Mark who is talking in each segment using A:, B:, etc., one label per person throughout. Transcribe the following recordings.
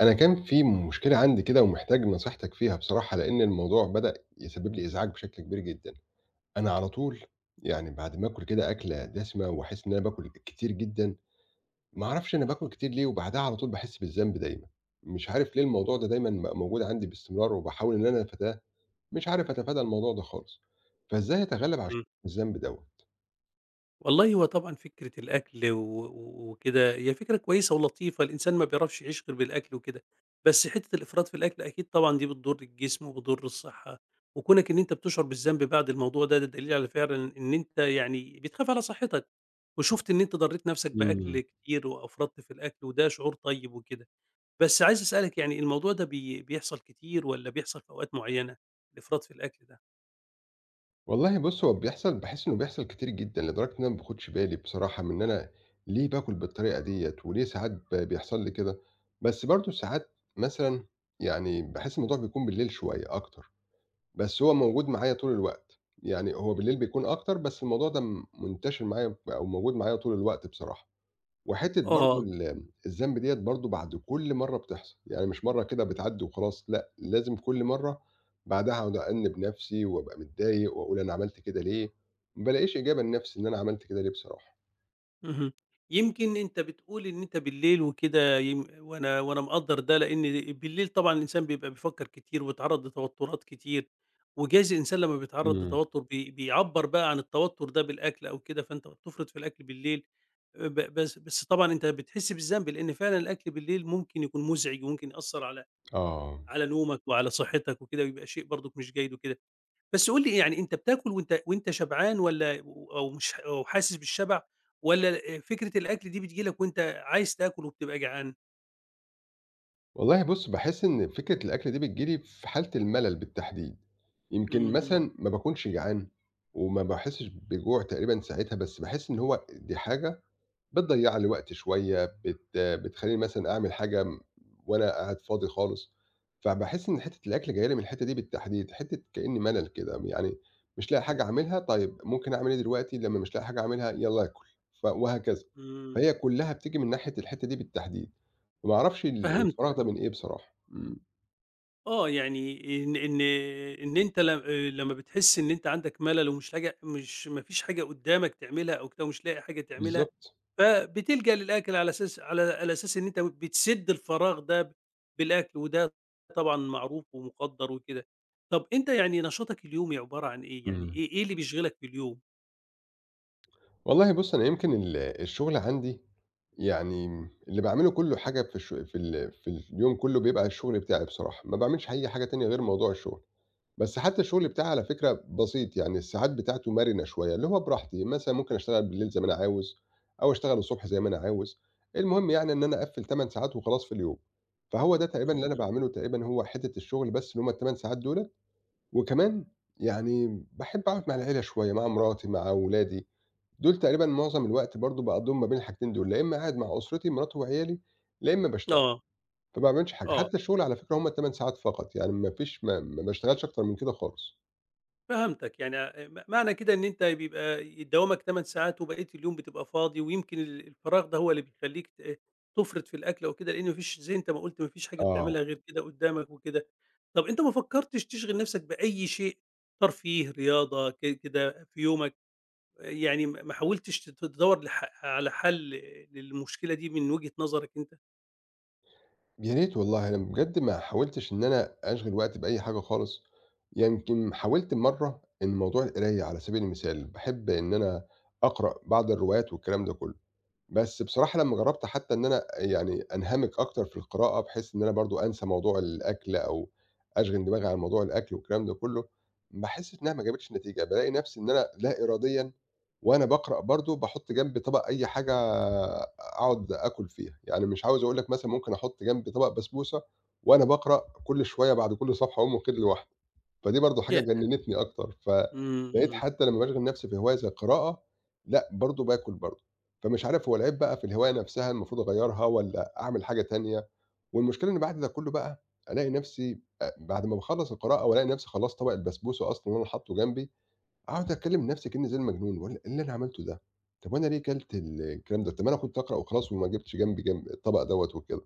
A: أنا كان في مشكلة عندي كده ومحتاج نصيحتك فيها بصراحة، لإن الموضوع بدأ يسبب لي إزعاج بشكل كبير جدًا. أنا على طول يعني بعد ما آكل كده أكلة دسمة وأحس إن أنا باكل كتير جدًا، ما أعرفش أنا باكل كتير ليه وبعدها على طول باحس بالذنب دايمًا. مش عارف ليه الموضوع ده دايمًا بقى موجود عندي باستمرار وباحاول إن أنا أتفاداه، مش عارف أتفادى الموضوع ده خالص. فإزاي أتغلب على
B: إمم.
A: الذنب دوّة؟
B: والله هو طبعًا فكرة الأكل و وكده هي فكرة كويسة ولطيفة، الإنسان ما بيعرفش يعيش غير بالأكل وكده، بس حتّة الإفراط في الأكل أكيد طبعًا دي بتضُر الجسم وبتضُر الصحة، وكونك إن أنت بتشعر بالذنب بعد الموضوع ده، ده دليل على فعلًا إن أنت يعني بتخاف على صحتك، وشُفت إن أنت ضرّيت نَفْسك
A: إمم.
B: بأكل كتير وأفرطت في الأكل وده شعور طيب وكده. بس عايز أسألك يعني الموضوع ده بيحصل كتير والّا بيحصل في أوقات معيّنة، الإفراط في الأكل ده؟
A: والله بُص، هو بيحصل باحس إنه بيحصل كتير جدًا، لدرجة إن أنا ما باخدش بالي بصراحة من إن أنا ليه باكل بالطريقة ديّة، وليه ساعات بيحصل لي كده، بس برضه ساعات مثلًا يعني باحس الموضوع بيكون بالليل شوية أكتر، بس هو موجود معايا طول الوقت، يعني هو بالليل بيكون أكتر، بس الموضوع ده منتشر معايا أو موجود معايا طول الوقت بصراحة. وحتّة برضه
B: آه.
A: الذنب ديّة برضه بعد كل مرّة بتحصل، يعني مش مرّة كده بتعدّي وخلاص لأ، لازم كل مرّة بعدها أقعد أأنِّب نَفْسي وأبقى متضايق وأقول أنا عملت كده ليه، ما بالاقيش إجابة لنَفْسي إن أنا عملت كده ليه بصراحة.
B: اهم. يمكن أنت بتقول إن أنت بالليل وكده وأنا مقدّر ده، لإن بالليل طبعًا الإنسان بيبقى بيفكّر كتير وبيتعرّض لتوتُّرات كتير، وجايز الإنسان لمّا بيتعرّض
A: إمم،
B: لتوتُّر بيعبّر بقى عن التوتُّر ده بالأكل أو كده، فأنت بتفرط في الأكل بالليل. ب بس بس طبعًا أنت بتحس بالذنب، لإن فعلًا الأكل بالليل ممكن يكون مُزعِج وممكن يأثّر على
A: آه.
B: على نومك وعلى صحّتك وكده، ويبقى شيء برضُك مش جيد وكده. بس قُل لي يعني أنت بتاكل وأنت شبعان والّا و أو مش ح أو حاسس بالشبع، والّا فكرة الأكل دي بتيجي لك وأنت عايز تاكل وبتبقى جعان؟
A: والله بُص، باحس إن فكرة الأكل دي بتيجي لي في حالة الملل بالتحديد، يمكن
B: اهم،
A: مثلًا ما باكونش جعان وما باحسّش بجوع تقريبًا ساعتها، بس باحس إن هو دي حاجة بتضيّع لي وقت شوية، بتخلّيني مثلًا أعمل حاجة م وأنا قاعد فاضي خالص، فباحس إن حتّة الأكل جاية لي من الحتّة دي بالتحديد، حتّة كإني ملل كده، يعني مش لاقي حاجة أعملها، طيب ممكن أعمل إيه دلوقتي لمّا مش لاقي حاجة أعملها يالّا آكل، وهكذا،
B: إمم،
A: فهي كلّها بتيجي من ناحية الحتّة دي بالتحديد، فما أعرفش الفراغ
B: فهمتك،
A: ده من إيه بصراحة، إمم،
B: آه، يعني إن أنت ل لمّا بتحس إن أنت عندك ملل ومش لاجع مش ما فيش حاجة قدّامك تعملها أو كده، ومش لاقي حاجة تعملها،
A: بالضبط،
B: فبتلجأ للأكل على أساس إن أنت بتسد الفراغ ده بالأكل، وده طبعًا معروف ومُقدّر وكده. طَب أنت يعني نشاطك اليومي عبارة عن إيه؟ يعني
A: إمم،
B: إيه اللي بيشغلك في اليوم؟
A: والله بُص أنا يمكن الشغل عندي يعني اللي باعمله كُلّه حاجة في اليوم كُلّه بيبقى الشغل بتاعي بصراحة، ما باعملش أي حاجة تانية غير موضوع الشغل، بس حتى الشغل بتاعي على فكرة بسيط، يعني الساعات بتاعته مرنة شوية، اللي هو براحتي، مثلًا ممكن أشتغل بالليل زي ما أنا عاوز أو أشتغل الصبح زي ما أنا عاوز، المهم يعني إن أنا أقفّل 8 ساعات وخلاص في اليوم، فهو ده تقريبًا اللي أنا
B: إمم.
A: باعمله تقريبًا هو حتّة الشغل بس اللي هُم ال8 ساعات دُولة، وكمان يعني باحب أقعد مع العيلة شوية، مع مراتي، مع ولادي. دول تقريبًا معظم الوقت برضه باقضّيهم ما بين الحاجتين دول، لا إمّا قاعد مع أسرتي مراتي وعيالي، لا إمّا باشتغل،
B: آه،
A: فما باعملش حاجة،
B: آه.
A: حتى الشغل على فكرة هم ال8 ساعات فقط، يعني ما فيش ما باشتغلش أكتر من كده خالص.
B: فهمتك، يعني م معنى كده إن أنت بيبقى دوامك 8 ساعات وبقية اليوم بتبقى فاضي، ويمكن الفراغ ده هو اللي بيخلّيك، ت إيه، تُفرِط في الأكل أو كده، لإن ما فيش زي أنت ما قُلت، ما فيش حاجة
A: آه،
B: بتعملها غير كده قدّامك وكده. طَب أنت ما فكّرتش تشغِل نَفْسك بأي شيء ترفيه، رياضة، كده في يومك، يعني ما حاولتش تدوّر على حَل للمشكلة دي من وجهة نظرك أنت؟
A: يا ريت والله أنا بجد ما حاولتش إن أنا أشغِل وقتي بأي حاجة خالص، يمكن حاولت مرّة إن موضوع القراية على سبيل المثال، باحب إن أنا أقرأ بعض الروايات والكلام ده كلّه. بس بصراحة لمّا جرّبت حتى إن أنا يعني أنهمِك أكتر في القراءة، بحيث إن أنا برضه أنسى موضوع الأكل أو أشغِل دماغي عن موضوع الأكل والكلام ده كلّه، باحس إنها ما جابتش نتيجة، بالاقي نَفْسي إن أنا لا إراديًا وأنا باقرأ برضه باحُط جنبي طبق أي حاجة أقعد آكُل فيها، يعني مش عاوز أقول لك مثلًا ممكن أحُط جنبي طبق بسبوسة وأنا باقرأ كل شوية بعد كل صفحة أقوم واخد لي واحدة. فدي برضه حاجة
B: ياه!
A: جننتني أكتر، فبقيت
B: إمم،
A: حتى لمّا باشغل نفسي في هواية زي القراءة، لأ برضه باكل برضه، فمش عارف هو العيب بقى في الهواية نفسها المفروض أغيّرها والّا أعمل حاجة تانية، والمشكلة إن بعد ده كلّه بقى ألاقي نفسي بعد ما باخلّص القراءة والاقي نفسي خلاص طبق البسبوسة أصلًا اللي أنا حاطّه جنبي، أقعد أتكلّم نفسي كإنّي زي المجنون، باقول إيه اللي أنا عملته ده؟ طب وأنا ليه كلت الكلام ده؟ طب ما أنا كنت أقرأ وخلاص وما جبتش جنبي جنب الطبق دوّة وكده،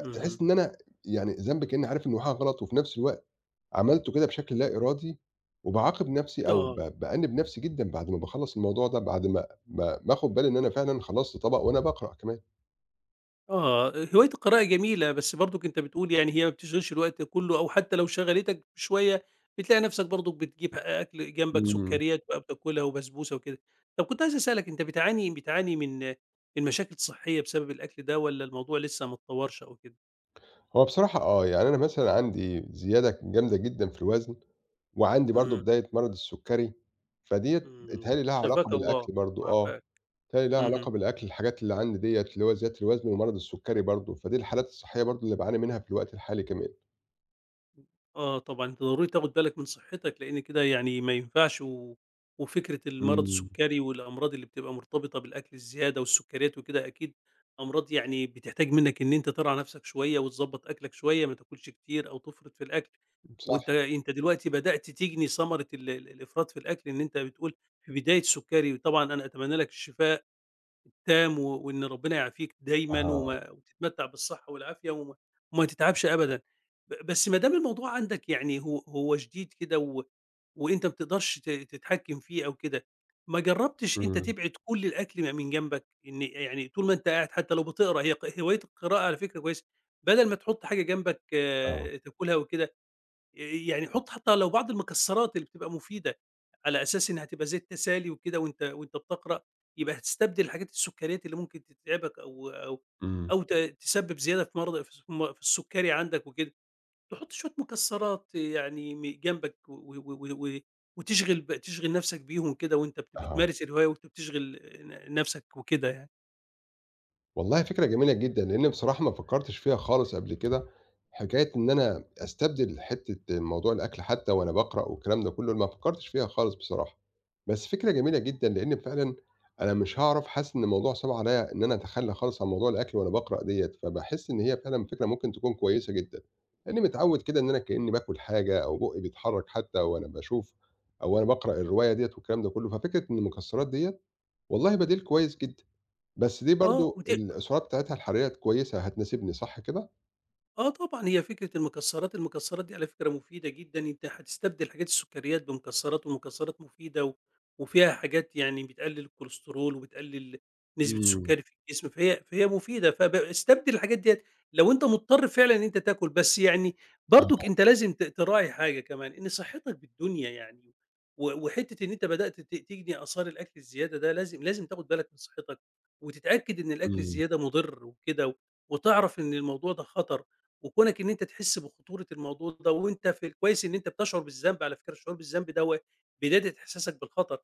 B: إمم، اهم،
A: إن أنا يعني ذنبي كإنّي عارف إنه حاجة غلط وفي نفس الوقت عملته كده بشكل لا إرادي، وباعاقب نفسي أو ب
B: آه.
A: بأنِّب نفسي جدًا بعد ما باخلّص الموضوع ده، بعد ما آخُد بالي إن أنا فعلًا خلّصت طبق وأنا باقرأ كمان.
B: آه، هواية القراءة جميلة، بس برضُك أنت بتقول يعني هي ما بتشغلش الوقت كلّه أو حتى لو شغلتك شوية، بتلاقي نفْسك برضُك بتجيب أكل جنبك
A: إمم.
B: سُكّريات بقى بتاكلها وبسبوسة وكده. طَب كنت عايز أسألك أنت بتعاني من مشاكل صحية بسبب الأكل ده، والّا الموضوع لسه ما اتطوّرش أو كده؟
A: هو بصراحة آه، يعني أنا مثلًا عندي زيادة جامدة جدًا في الوزن، وعندي برضه
B: إمم،
A: بداية مرض السُّكَّري، فديّة
B: إمم،
A: بيتهيأ لي لها علاقة
B: شفاك الله
A: بالأكل برضه آه،
B: وعافاك.
A: بيتهيأ لي لها علاقة
B: اهم.
A: بالأكل الحاجات اللي عندي ديّة، اللي هو زيادة الوزن ومرض السُّكَّري برضه، فدي الحالات الصحّية برضه اللي باعاني منها في الوقت الحالي كمان.
B: آه طبعًا، أنت ضروري تاخد بالك من صحتك، لإن كده يعني ما ينفعش. وفكرة المرض
A: إمم،
B: السُّكَّري والأمراض اللي بتبقى مرتبطة بالأكل الزيادة والسُّكَّريات وكده أكيد أمراض يعني بتحتاج منّك إن أنت ترعى نَفْسك شوية وتضبّط أكلك شوية، ما تاكلش كتير أو تفرط في الأكل،
A: صح،
B: وأنت دلوقتي بدأت تجني ثمرة ال ال الإفراط في الأكل. إن أنت بتقول في بداية سُّكَّري، وطبعًا أنا أتمنى لك الشفاء التام، وإن ربنا يعافيك دايمًا
A: آه،
B: وتتمتّع بالصحة والعافية، وما تتعبش أبدًا. بس ما دام الموضوع عندك يعني هو شديد كده، وأنت ما بتقدرش تتحكّم فيه أو كده، ما جرّبتش أنت
A: إمم،
B: تبعد كل الأكل من جنبك؟ إن يعني طول ما أنت قاعد حتى لو بتقرا، هي هواية القراءة على فكرة كويسة، بدل ما تحُط حاجة جنبك،
A: آه،
B: آه، تاكلها وكده، آآ يعني حُط حتى لو بعض المكسّرات اللي بتبقى مفيدة، على أساس إنها هتبقى زي التسالي وكده وأنت بتقرأ، يبقى هتستبدل الحاجات السُكّريات اللي ممكن تتعبك، أو أو
A: إمم،
B: أو تسبب زيادة في مرض في م في السُكّري عندك وكده، تحُط شوية مكسّرات يعني جنبك، و و و و وتشغل ب تشغل نَفْسك بيهم كده، وأنت بت
A: آه.
B: بتمارس الهواية، وأنت بتشغل نَفْسك وكده يعني.
A: والله فكرة جميلة جدًا، لإن بصراحة ما فكّرتش فيها خالص قبل كده، حكاية إن أنا أستبدل حتّة موضوع الأكل حتى وأنا باقرأ والكلام ده كلّه، ما فكّرتش فيها خالص بصراحة، بس فكرة جميلة جدًا، لإن فعلًا أنا مش هاعرف حاسس إن الموضوع صعب عليّا إن أنا أتخلّى خالص عن موضوع الأكل وأنا باقرأ ديّة، فباحس إن هي فعلًا فكرة ممكن تكون كويسة جدًا، لإنّي متعوّد كده إن أنا كإنّي باكل حاجة أو بُقّي بيتحرّك حتى وأنا باشوف أو وأنا باقرأ الرواية ديّة والكلام ده كلّه، ففكرة إن المكسّرات ديّة والله بديل كويس جدًا. بس دي
B: آه،
A: برضه السعرات بتاعتها الحرارية كويسة هتناسبني صح كده؟
B: آه طبعًا، هي فكرة المكسّرات، المكسّرات دي على فكرة مفيدة جدًا، أنت هتستبدل حاجات السكريات بمكسّرات، والمكسّرات مفيدة وفيها حاجات يعني بتقلل الكوليسترول وبتقلل نسبة
A: إمم.
B: السكري في الجسم، فهي مفيدة، استبدل الحاجات ديّة لو أنت مضطر فعلًا إن أنت تاكل، بس يعني برضك
A: أها.
B: أنت لازم تراعي حاجة كمان، إن صحتك بالدنيا يعني، وحتّة إن أنت بدأت تجني آثار الأكل الزيادة ده، لازم تاخد بالك من صحتك، وتتأكد إن الأكل
A: إمم.
B: الزيادة مُضِر وكده، وتعرف إن الموضوع ده خطر. وكونك إن أنت تحس بخطورة الموضوع ده وأنت كويس إن أنت بتشعر بالذنب، على فكرة الشعور بالذنب ده هو بداية إحساسك بالخطر،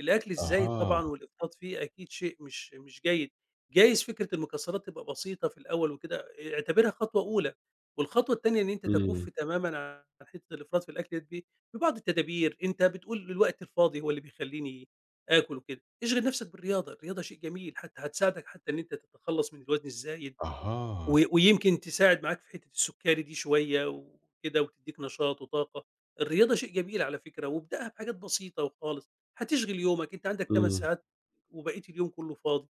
B: الأكل الزايد
A: أها.
B: طبعًا والإفراط فيه أكيد شيء مش جيد، جايز فكرة المكسرات تبقى بسيطة في الأول وكده، اعتبرها خطوة أولى، والخطوة التانية إن أنت
A: إمم.
B: تكُف تمامًا عن حتة الإفراط في الأكل دي ببعض التدابير. أنت بتقول الوقت الفاضي هو اللي بيخلّيني آكل وكده، اشغل نفسك بالرياضة، الرياضة شيء جميل، حتى هتساعدك حتى إن أنت تتخلص من الوزن الزايد،
A: أها.
B: ويمكن تساعد معاك في حتّة السُكّري دي شوية وكده وتدّيك نشاط وطاقة. الرياضة شيء جميل على فكرة، وابدأها بحاجات بسيطة وخالص، هتشغِل يومك، أنت عندك 8
A: إمم.
B: ساعات وبقية اليوم كُلّه فاضي.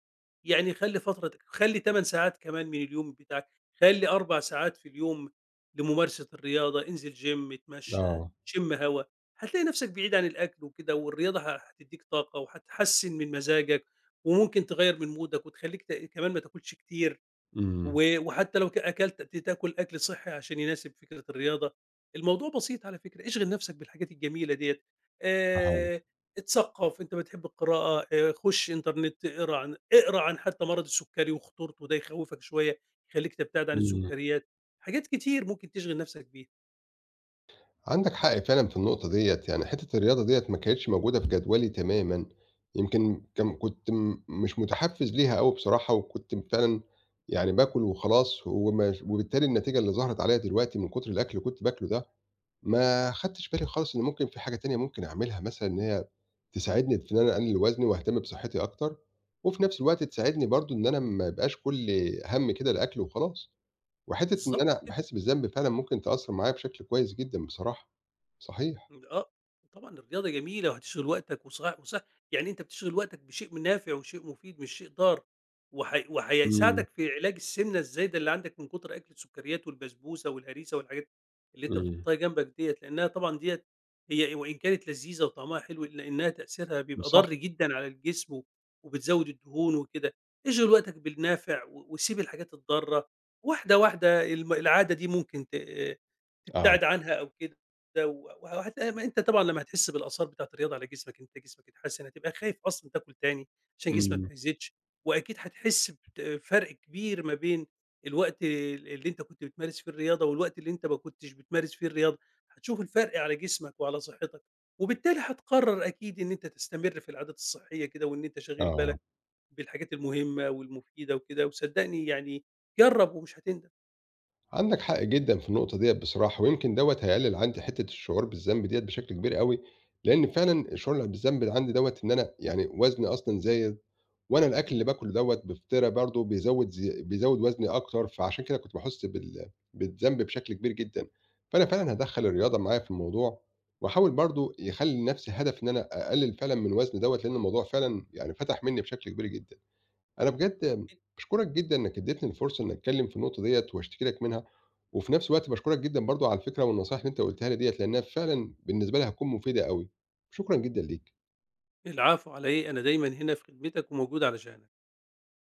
B: يعني خلّي 8 ساعات كمان من اليوم بتاعك، خلّي 4 ساعات في اليوم لممارسة الرياضة، انزل gym، اتمشّى،
A: آه.
B: شِم هوا، هتلاقي نَفْسك بعيد عن الأكل وكده، والرياضة هتدّيك طاقة وهتحسِّن من مزاجك وممكن تغيّر من مودك وتخلّيك كمان ما تاكلش كتير.
A: إمم.
B: وحتى لو أكلت تاكل أكل صحّي عشان يناسب فكرة الرياضة، الموضوع بسيط على فكرة، اشغل نفسك بالحاجات الجميلة ديّة،
A: أها.
B: آآ اتثقّف، أنت بتحب القراءة، خُش إنترنت، اقرا عن حتى مرض السُكّري وخطورته، ده يخوّفك شوية، يخلّيك تبتعد عن
A: إمم.
B: السُكّريات، حاجات كتير ممكن تشغل نفسك بيها،
A: عندك حق فعلًا في النقطة ديّة، يعني حتّة الرياضة ديّة ما كانتش موجودة في جدولي تمامًا، يمكن كنت مش متحفّز ليها أوي بصراحة وكنت فعلًا يعني باكل وخلاص وبالتالي النتيجة اللي ظهرت عليّا دلوقتي من كتر الأكل اللي كنت باكله ده ما خدتش بالي خالص إن ممكن في حاجة تانية ممكن أعملها مثلًا إن هي تساعدني في إن أنا أقلل وزني وأهتم بصحتي أكتر، وفي نفس الوقت تساعدني برضه إن أنا ما يبقاش كل هَمّي كده الأكل وخلاص، وحتّة إن
B: بالضبط
A: أنا
B: كده.
A: باحس بالذنب فعلًا ممكن تأثّر معايا بشكل كويس جدًا بصراحة، صحيح.
B: إمم، آه، طبعًا الرياضة جميلة وهتشغِل وقتك، وصح يعني أنت بتشغِل وقتك بشيء من نافع وشيء مفيد مش شيء ضار،
A: إمم،
B: وهيساعدك في علاج السمنة الزايدة اللي عندك من كُتر أكل السكريات والبسبوسة والهريسة والحاجات اللي أنت
A: إمم.
B: بتحطها جنبك ديّة، لأنها طبعًا ديّة هي، وإن كانت لذيذة وطعمها حلو إلا إنها تأثيرها بيبقى
A: صح،
B: ضار جدًا على الجسم، وبتزوّد الدهون وكده، اشغِل وقتك بالنافع وسيب الحاجات الضارة، واحدة، واحدة، العادة دي ممكن تبتعد
A: آه،
B: عنها أو كده. ده و أنت طبعًا لمّا هتحس بالآثار بتاعة الرياضة على جسمك، أنت جسمك اتحسن، هتبقى خايف أصلًا تاكل تاني عشان جسمك
A: إمم.
B: ما يزيدش، وأكيد هتحس فرق كبير ما بين الوقت اللي أنت كنت بتمارس فيه الرياضة، والوقت اللي أنت ما كنتش بتمارس فيه الرياضة، هتشوف الفرق على جسمك وعلى صحتك، وبالتالي هتقرر أكيد إن أنت تستمر في العادات الصحية كده، وإن أنت شاغل
A: آه.
B: بالك بالحاجات المهمة والمفيدة وكده، وصدقني يعني جرّب ومش هتندم.
A: عندك حق جدًا في النقطة ديّة بصراحة، ويمكن دوّة هيقلل عندي حتة الشعور بالذنب ديّة بشكل كبير أوي، لإن فعلًا الشعور بالذنب عندي دوّة إن أنا يعني وزني أصلًا زايد، وأنا الأكل اللي باكله دوّة بفطرة برضه بيزوّد وزني أكتر، فعشان كده كنت باحس بالذنب بشكل كبير جدًا، فأنا فعلًا هادخّل الرياضة معايا في الموضوع، وأحاول برضه يخلّي لنفسي هدف إن أنا أقلل فعلًا من وزني دوّة، لإن الموضوع فعلًا يعني فتح منّي بشكل كبير جدًا. أنا بجد باشكرك جدًا إنك اديتني الفرصة إني أتكلم في النقطة ديّة واشتكي لك منها، وفي نفس الوقت باشكرك جدًا برضه على الفكرة والنصايح اللي أنت قُلتها لي ديّة، لإنها فعلًا بالنسبة لي هتكون مفيدة أوي، شكرًا جدًا ليك.
B: العفو على إيه، أنا دايمًا هنا في خدمتك وموجود علشانك.